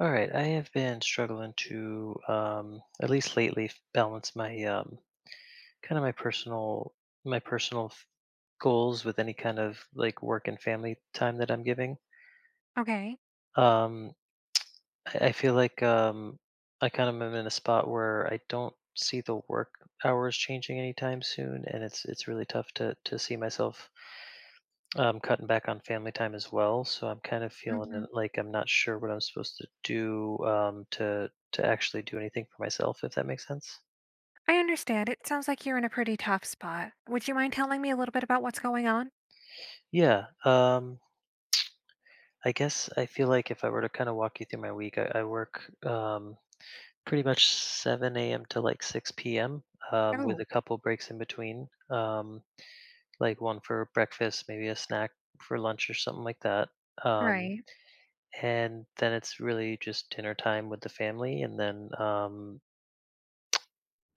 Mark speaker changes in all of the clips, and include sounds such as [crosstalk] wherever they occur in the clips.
Speaker 1: All right, I have been struggling to, at least lately, balance my, kind of my personal my personal f- goals with any kind of like work and family time that I'm giving.
Speaker 2: Okay.
Speaker 1: Um, I feel like, I kind of am in a spot where I don't see the work hours changing anytime soon, and it's really tough to see myself. I'm cutting back on family time as well, so I'm kind of feeling
Speaker 2: Hmm.
Speaker 1: it, like I'm not sure what I'm supposed to do, to actually do anything for myself, if that makes sense.
Speaker 2: I understand. It sounds like you're in a pretty tough spot. Would you mind telling me a little bit about what's going on?
Speaker 1: Yeah, I guess I feel like if I were to kind of walk you through my week, I work, um, pretty much 7 a.m. to like 6 p.m. With
Speaker 2: Oh,
Speaker 1: a couple breaks in between, like one for breakfast, maybe a snack for lunch or something like that. Um,
Speaker 2: right.
Speaker 1: and then it's really just dinner time with the family, and then,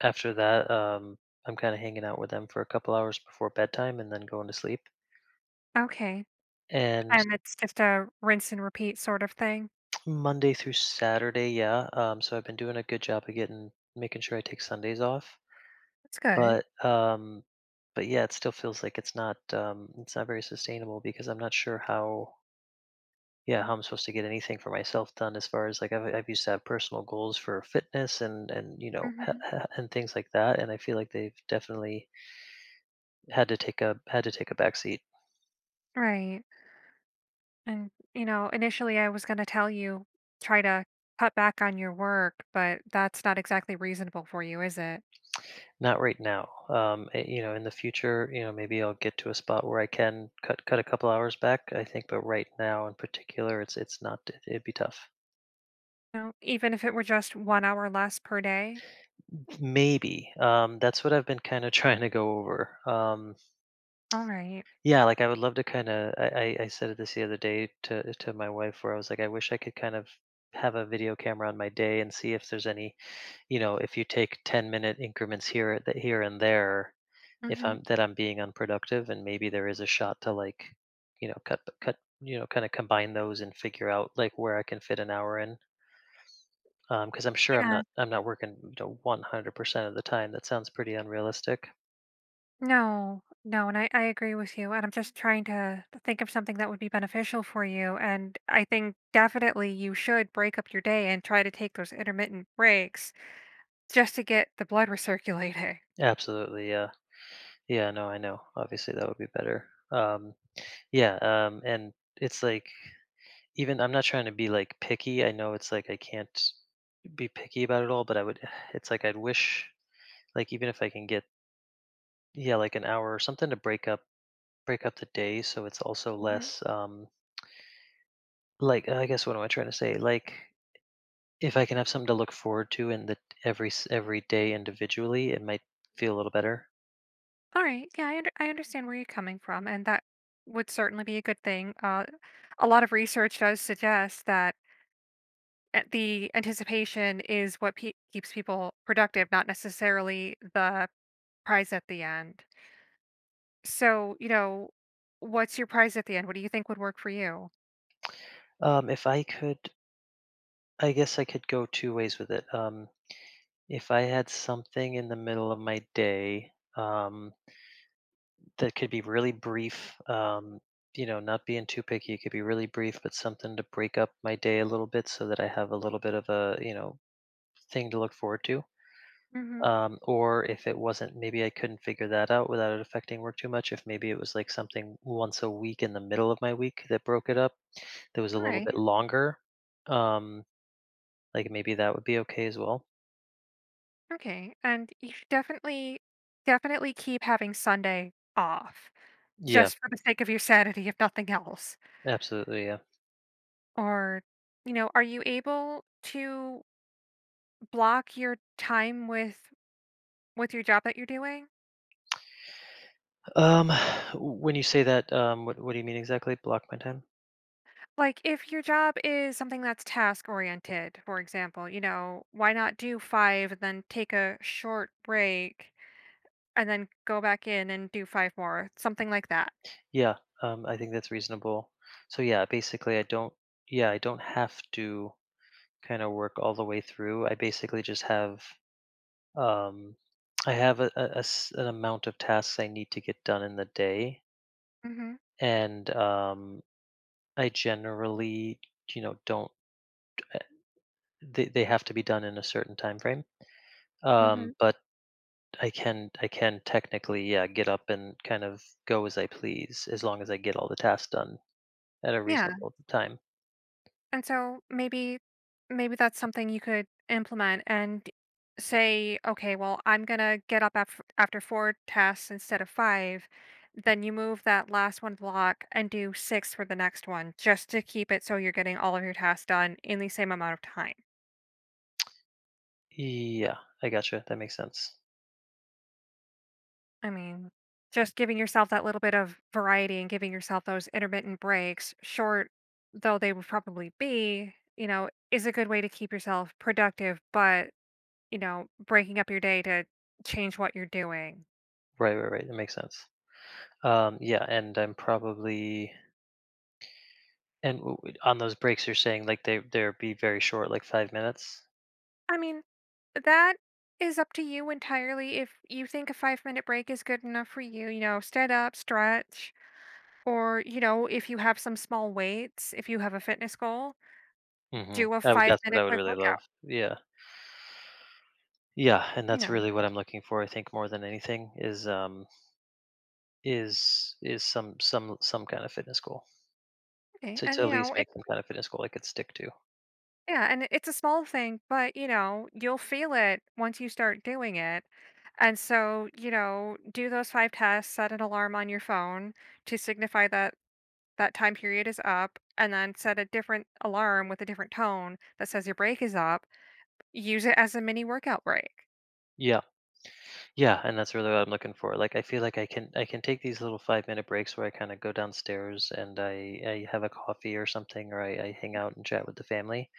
Speaker 1: after that, I'm kind of hanging out with them for a couple hours before bedtime and then going to sleep.
Speaker 2: Okay.
Speaker 1: And
Speaker 2: And it's just a rinse and repeat sort of thing.
Speaker 1: Monday through Saturday, yeah. So I've been doing a good job of getting making sure I take Sundays off.
Speaker 2: That's good.
Speaker 1: But um, but yeah, it still feels like it's not very sustainable, because I'm not sure how I'm supposed to get anything for myself done, as far as like I've used to have personal goals for fitness, and [laughs]
Speaker 2: Hmm.
Speaker 1: and things like that, and I feel like they've definitely had to take a backseat.
Speaker 2: Right. And, you know, initially I was going to tell you try to cut back on your work, but that's not exactly reasonable for you, is it?
Speaker 1: Not right now. In the future, maybe I'll get to a spot where I can cut a couple hours back, I think, but right now, in particular, it's not. It'd be tough.
Speaker 2: No, even if it were just 1 hour less per day.
Speaker 1: Maybe. That's what I've been kind of [laughs] trying to go over.
Speaker 2: All right.
Speaker 1: Yeah, like I would love to, kind of. I said this the other day to my wife, where I was like, I wish I could kind of have a video camera on my day and see if there's any. You know, if you take 10-minute increments here and there, if
Speaker 2: Mm-hmm.
Speaker 1: I'm that I'm being unproductive, and maybe there is a shot to, like, cut, kind of combine those and figure out like where I can fit an hour in. Because I'm sure I'm
Speaker 2: Yeah.
Speaker 1: not I'm not working, 100% of the time. That sounds pretty unrealistic.
Speaker 2: No, no, and I agree with you. And I'm just trying to think of something that would be beneficial for you. And I think definitely you should break up your day and try to take those intermittent breaks just to get the blood recirculating.
Speaker 1: Absolutely, yeah, yeah. No, I know. Obviously, that would be better. Yeah, and it's like, even I'm not trying to be like picky. I know it's like I can't be picky about it all, but I would. [sighs] It's like I'd wish, like even if I can get, yeah like an hour or something to break up the day, so it's also
Speaker 2: Hmm.
Speaker 1: less, like I guess, what am I trying to say, like if I can have something to look forward to in the every day individually, it might feel a little better.
Speaker 2: All right. Yeah, I understand where you're coming from. And that would certainly be a good thing. A lot of research does suggest that the anticipation is what keeps people productive, not necessarily the prize at the end. So, you know, what's your prize at the end? What do you think would work for you?
Speaker 1: If I could, I guess I could go two ways with it. If I had something in the middle of my day, um that could be really brief, not being too picky, it could be really brief, but something to break up my day a little bit so that I have a little bit of a, thing to look forward to.
Speaker 2: Hmm.
Speaker 1: Or if it wasn't, maybe I couldn't figure that out without it affecting work too much. If maybe it was like something once a week in the middle of my week that broke it up, that was a
Speaker 2: All
Speaker 1: little
Speaker 2: right.
Speaker 1: bit longer, um, like maybe that would be okay as well.
Speaker 2: Okay. And you should definitely, definitely keep having Sunday off
Speaker 1: Yeah,
Speaker 2: just for the sake of your sanity, if nothing else.
Speaker 1: absolutely. Yeah.
Speaker 2: Or, you know, are you able to block your time with your job that you're doing?
Speaker 1: Um, [sighs] when you say that, what do you mean exactly? Block my time?
Speaker 2: Like if your job is something that's task oriented, for example, you know, why not do 5 and then take a short break, and then go back in and do 5 more, something like that.
Speaker 1: Yeah, I think that's reasonable. So yeah, basically, I don't. Yeah, I don't have to kind of work all the way through. I basically just have. Um, I have an amount of tasks I need to get done in the day,
Speaker 2: Mhm,
Speaker 1: and, I generally, don't. uh, they have to be done in a certain time frame. Um,
Speaker 2: mhm,
Speaker 1: but I can technically, yeah, get up and kind of go as I please as long as I get all the tasks done at a
Speaker 2: yeah,
Speaker 1: reasonable time.
Speaker 2: and so maybe that's something you could implement and say, "Okay, well, I'm gonna get up after 4 tasks instead of 5." Then you move that last one block and do 6 for the next one just to keep it so you're getting all of your tasks done in the same amount of time.
Speaker 1: Yeah, I gotcha. That makes sense.
Speaker 2: I mean, just giving yourself that little bit of variety and giving yourself those intermittent breaks, short though they would probably be, you know, is a good way to keep yourself productive, but, you know, breaking up your day to change what you're doing.
Speaker 1: Right, right, right. That makes sense. Yeah, and I'm probably And w w on those breaks, you're saying, like, they'd be very short, like 5 minutes?
Speaker 2: I mean, that is up to you entirely if you think a 5-minute break is good enough for you. You know, stand up, stretch, or, you know, if you have some small weights, if you have a fitness goal,
Speaker 1: Mhm.
Speaker 2: do a
Speaker 1: I would
Speaker 2: five
Speaker 1: that's what I
Speaker 2: minute
Speaker 1: would
Speaker 2: quick
Speaker 1: really
Speaker 2: workout,
Speaker 1: love. Yeah. Yeah, and
Speaker 2: you
Speaker 1: that's
Speaker 2: know.
Speaker 1: really what I'm looking for, I think, more than anything, is some kind of fitness goal
Speaker 2: Okay.
Speaker 1: to
Speaker 2: And,
Speaker 1: at
Speaker 2: you
Speaker 1: least
Speaker 2: know,
Speaker 1: make some kind of fitness goal I could stick to.
Speaker 2: yeah, and it's a small thing, but you know, you'll feel it once you start doing it. And so, you know, do those five tests, set an alarm on your phone to signify that that time period is up, and then set a different alarm with a different tone that says your break is up. Use it as a mini workout break.
Speaker 1: Yeah. Yeah, and that's really what I'm looking for. Like, I feel like I can take these little five-minute breaks where I kinda go downstairs, and I have a coffee or something, or I hang out and chat with the family,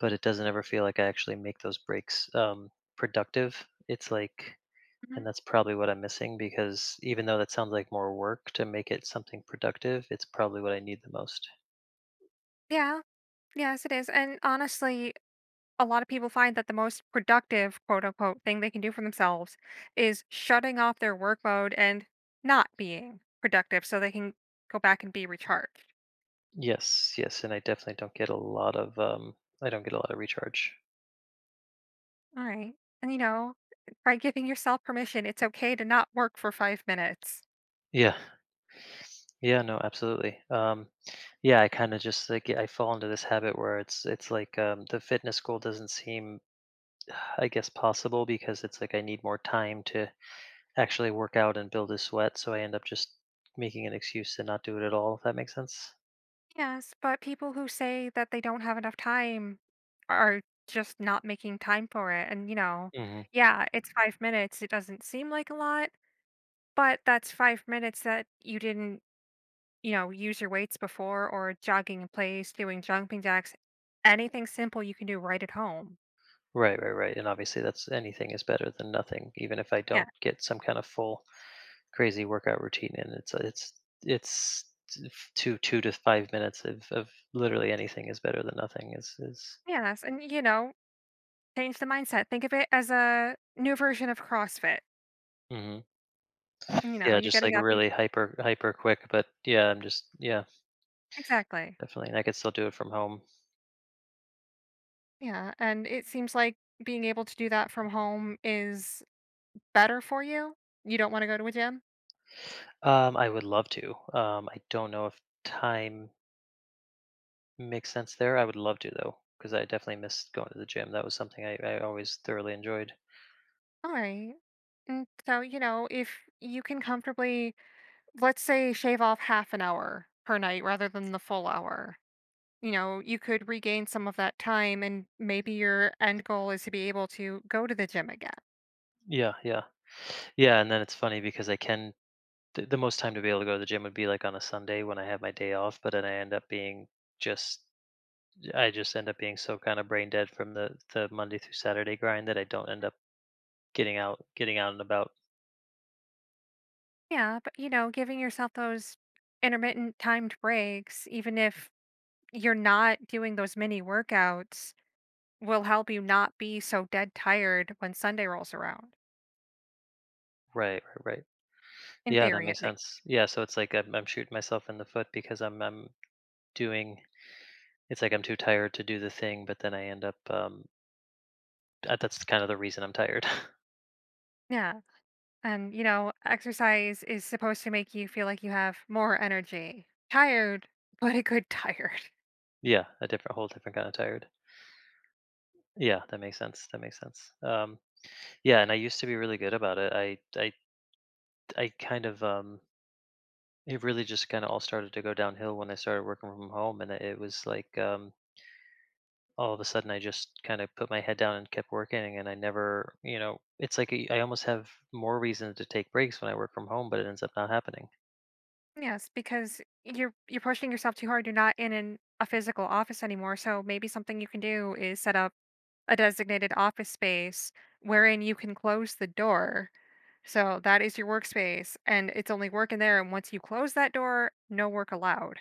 Speaker 1: but it doesn't ever feel like I actually make those breaks, productive. It's like, and
Speaker 2: Mhm.
Speaker 1: that's probably what I'm missing, because even though that sounds like more work to make it something productive, it's probably what I need the most.
Speaker 2: Yeah, yes, it is. And honestly, a lot of people find that the most productive, quote unquote, thing they can do for themselves is shutting off their work mode and not being productive so they can go back and be recharged.
Speaker 1: Yes, yes, and I definitely don't get a lot of recharge.
Speaker 2: All right. And you know, by giving yourself permission, it's okay to not work for 5 minutes.
Speaker 1: Yeah. Yeah, no, absolutely. Yeah, I kind of just like I fall into this habit where it's like, the fitness goal doesn't seem, I guess, possible, because it's like I need more time to actually work out and build a sweat, so I end up just making an excuse to not do it at all, if that makes sense?
Speaker 2: Yes, but people who say that they don't have enough time are just not making time for it. And you know,
Speaker 1: Hmm.
Speaker 2: yeah, it's 5 minutes. It doesn't seem like a lot, but that's 5 minutes that you didn't, use your weights before or jogging in place, doing jumping jacks, anything simple you can do right at home.
Speaker 1: Right, right, right. And obviously, that's anything is better than nothing, even if I
Speaker 2: Yeah.
Speaker 1: don't get some kind of full crazy workout routine in. It's 2 to 5 minutes of literally anything is better than nothing. Is
Speaker 2: Yes. And, you know, change the mindset. Think of it as a new version of CrossFit.
Speaker 1: Hmm.
Speaker 2: You know,
Speaker 1: Yeah,
Speaker 2: you're
Speaker 1: just like
Speaker 2: getting up. You,
Speaker 1: really hyper quick. But yeah,
Speaker 2: exactly.
Speaker 1: definitely. And I could still do it from home.
Speaker 2: Yeah. And it seems like being able to do that from home is better for you. You don't want to go to a gym.
Speaker 1: I would love to. I don't know if time makes sense there. I would love to, though, because I definitely missed going to the gym. That was something I always thoroughly enjoyed.
Speaker 2: All right. And so, you know, if you can comfortably, let's say, shave off half an hour per night rather than the full hour, you know, you could regain some of that time and maybe your end goal is to be able to go to the gym again.
Speaker 1: Yeah, yeah, yeah. And then it's funny because the most time to be able to go to the gym would be like on a Sunday when I have my day off, but then I end up being just I just end up being so kind of brain dead from the Monday through Saturday grind that I don't end up getting out and about.
Speaker 2: Yeah, but you know, giving yourself those intermittent timed breaks, even if you're not doing those mini workouts, will help you not be so dead tired when Sunday rolls around,
Speaker 1: Right, right, right.
Speaker 2: in
Speaker 1: Yeah, that
Speaker 2: theory
Speaker 1: makes
Speaker 2: at least.
Speaker 1: sense. Yeah, so it's like I'm shooting myself in the foot, because I'm doing it's like I'm too tired to do the thing, but then I end up, that's kind of the reason I'm tired.
Speaker 2: Yeah. And, you know, exercise is supposed to make you feel like you have more energy. Tired, [laughs] but a good tired.
Speaker 1: [laughs] Yeah, a different whole different kind of tired. Yeah, that makes sense. That makes sense. Yeah, and I used to be really good about it. I kind of it really just kind of all started to go downhill when I started working from home, and it was like, all of a sudden I just kind of put my head down and kept working, and I never, it's like I almost have more reason to take breaks when I work from home, but it ends up not happening.
Speaker 2: Yes, because you're pushing yourself too hard. You're not in a physical office anymore. So maybe something you can do is set up a designated office space wherein you can close the door. So that is your workspace, and it's only work in there. And once you close that door, no work allowed.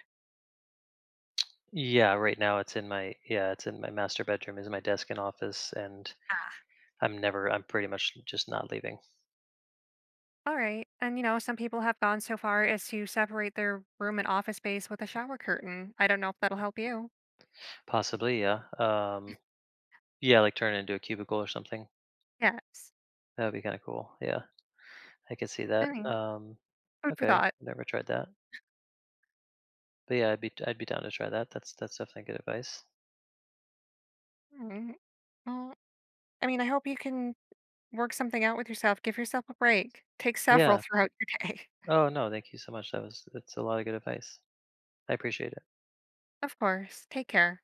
Speaker 1: Yeah, right now it's in my master bedroom is my desk and office, and
Speaker 2: Ah,
Speaker 1: I'm pretty much just not leaving.
Speaker 2: all right. And you know, some people have gone so far as to separate their room and office space with a shower curtain. I don't know if that'll help you.
Speaker 1: Possibly, yeah. Yeah, like turn it into a cubicle or something.
Speaker 2: Yes.
Speaker 1: That would be kind of cool. Yeah. I could see
Speaker 2: I
Speaker 1: that.
Speaker 2: mean, food for
Speaker 1: Okay,
Speaker 2: thought.
Speaker 1: never tried that. But yeah, I'd be down to try that. That's definitely good advice.
Speaker 2: Mm, Well, I mean, I hope you can work something out with yourself, give yourself a break, take several
Speaker 1: Yeah.
Speaker 2: throughout your day.
Speaker 1: Oh no, thank you so much. That's a lot of good advice. I appreciate it.
Speaker 2: [laughs] Of course, take care.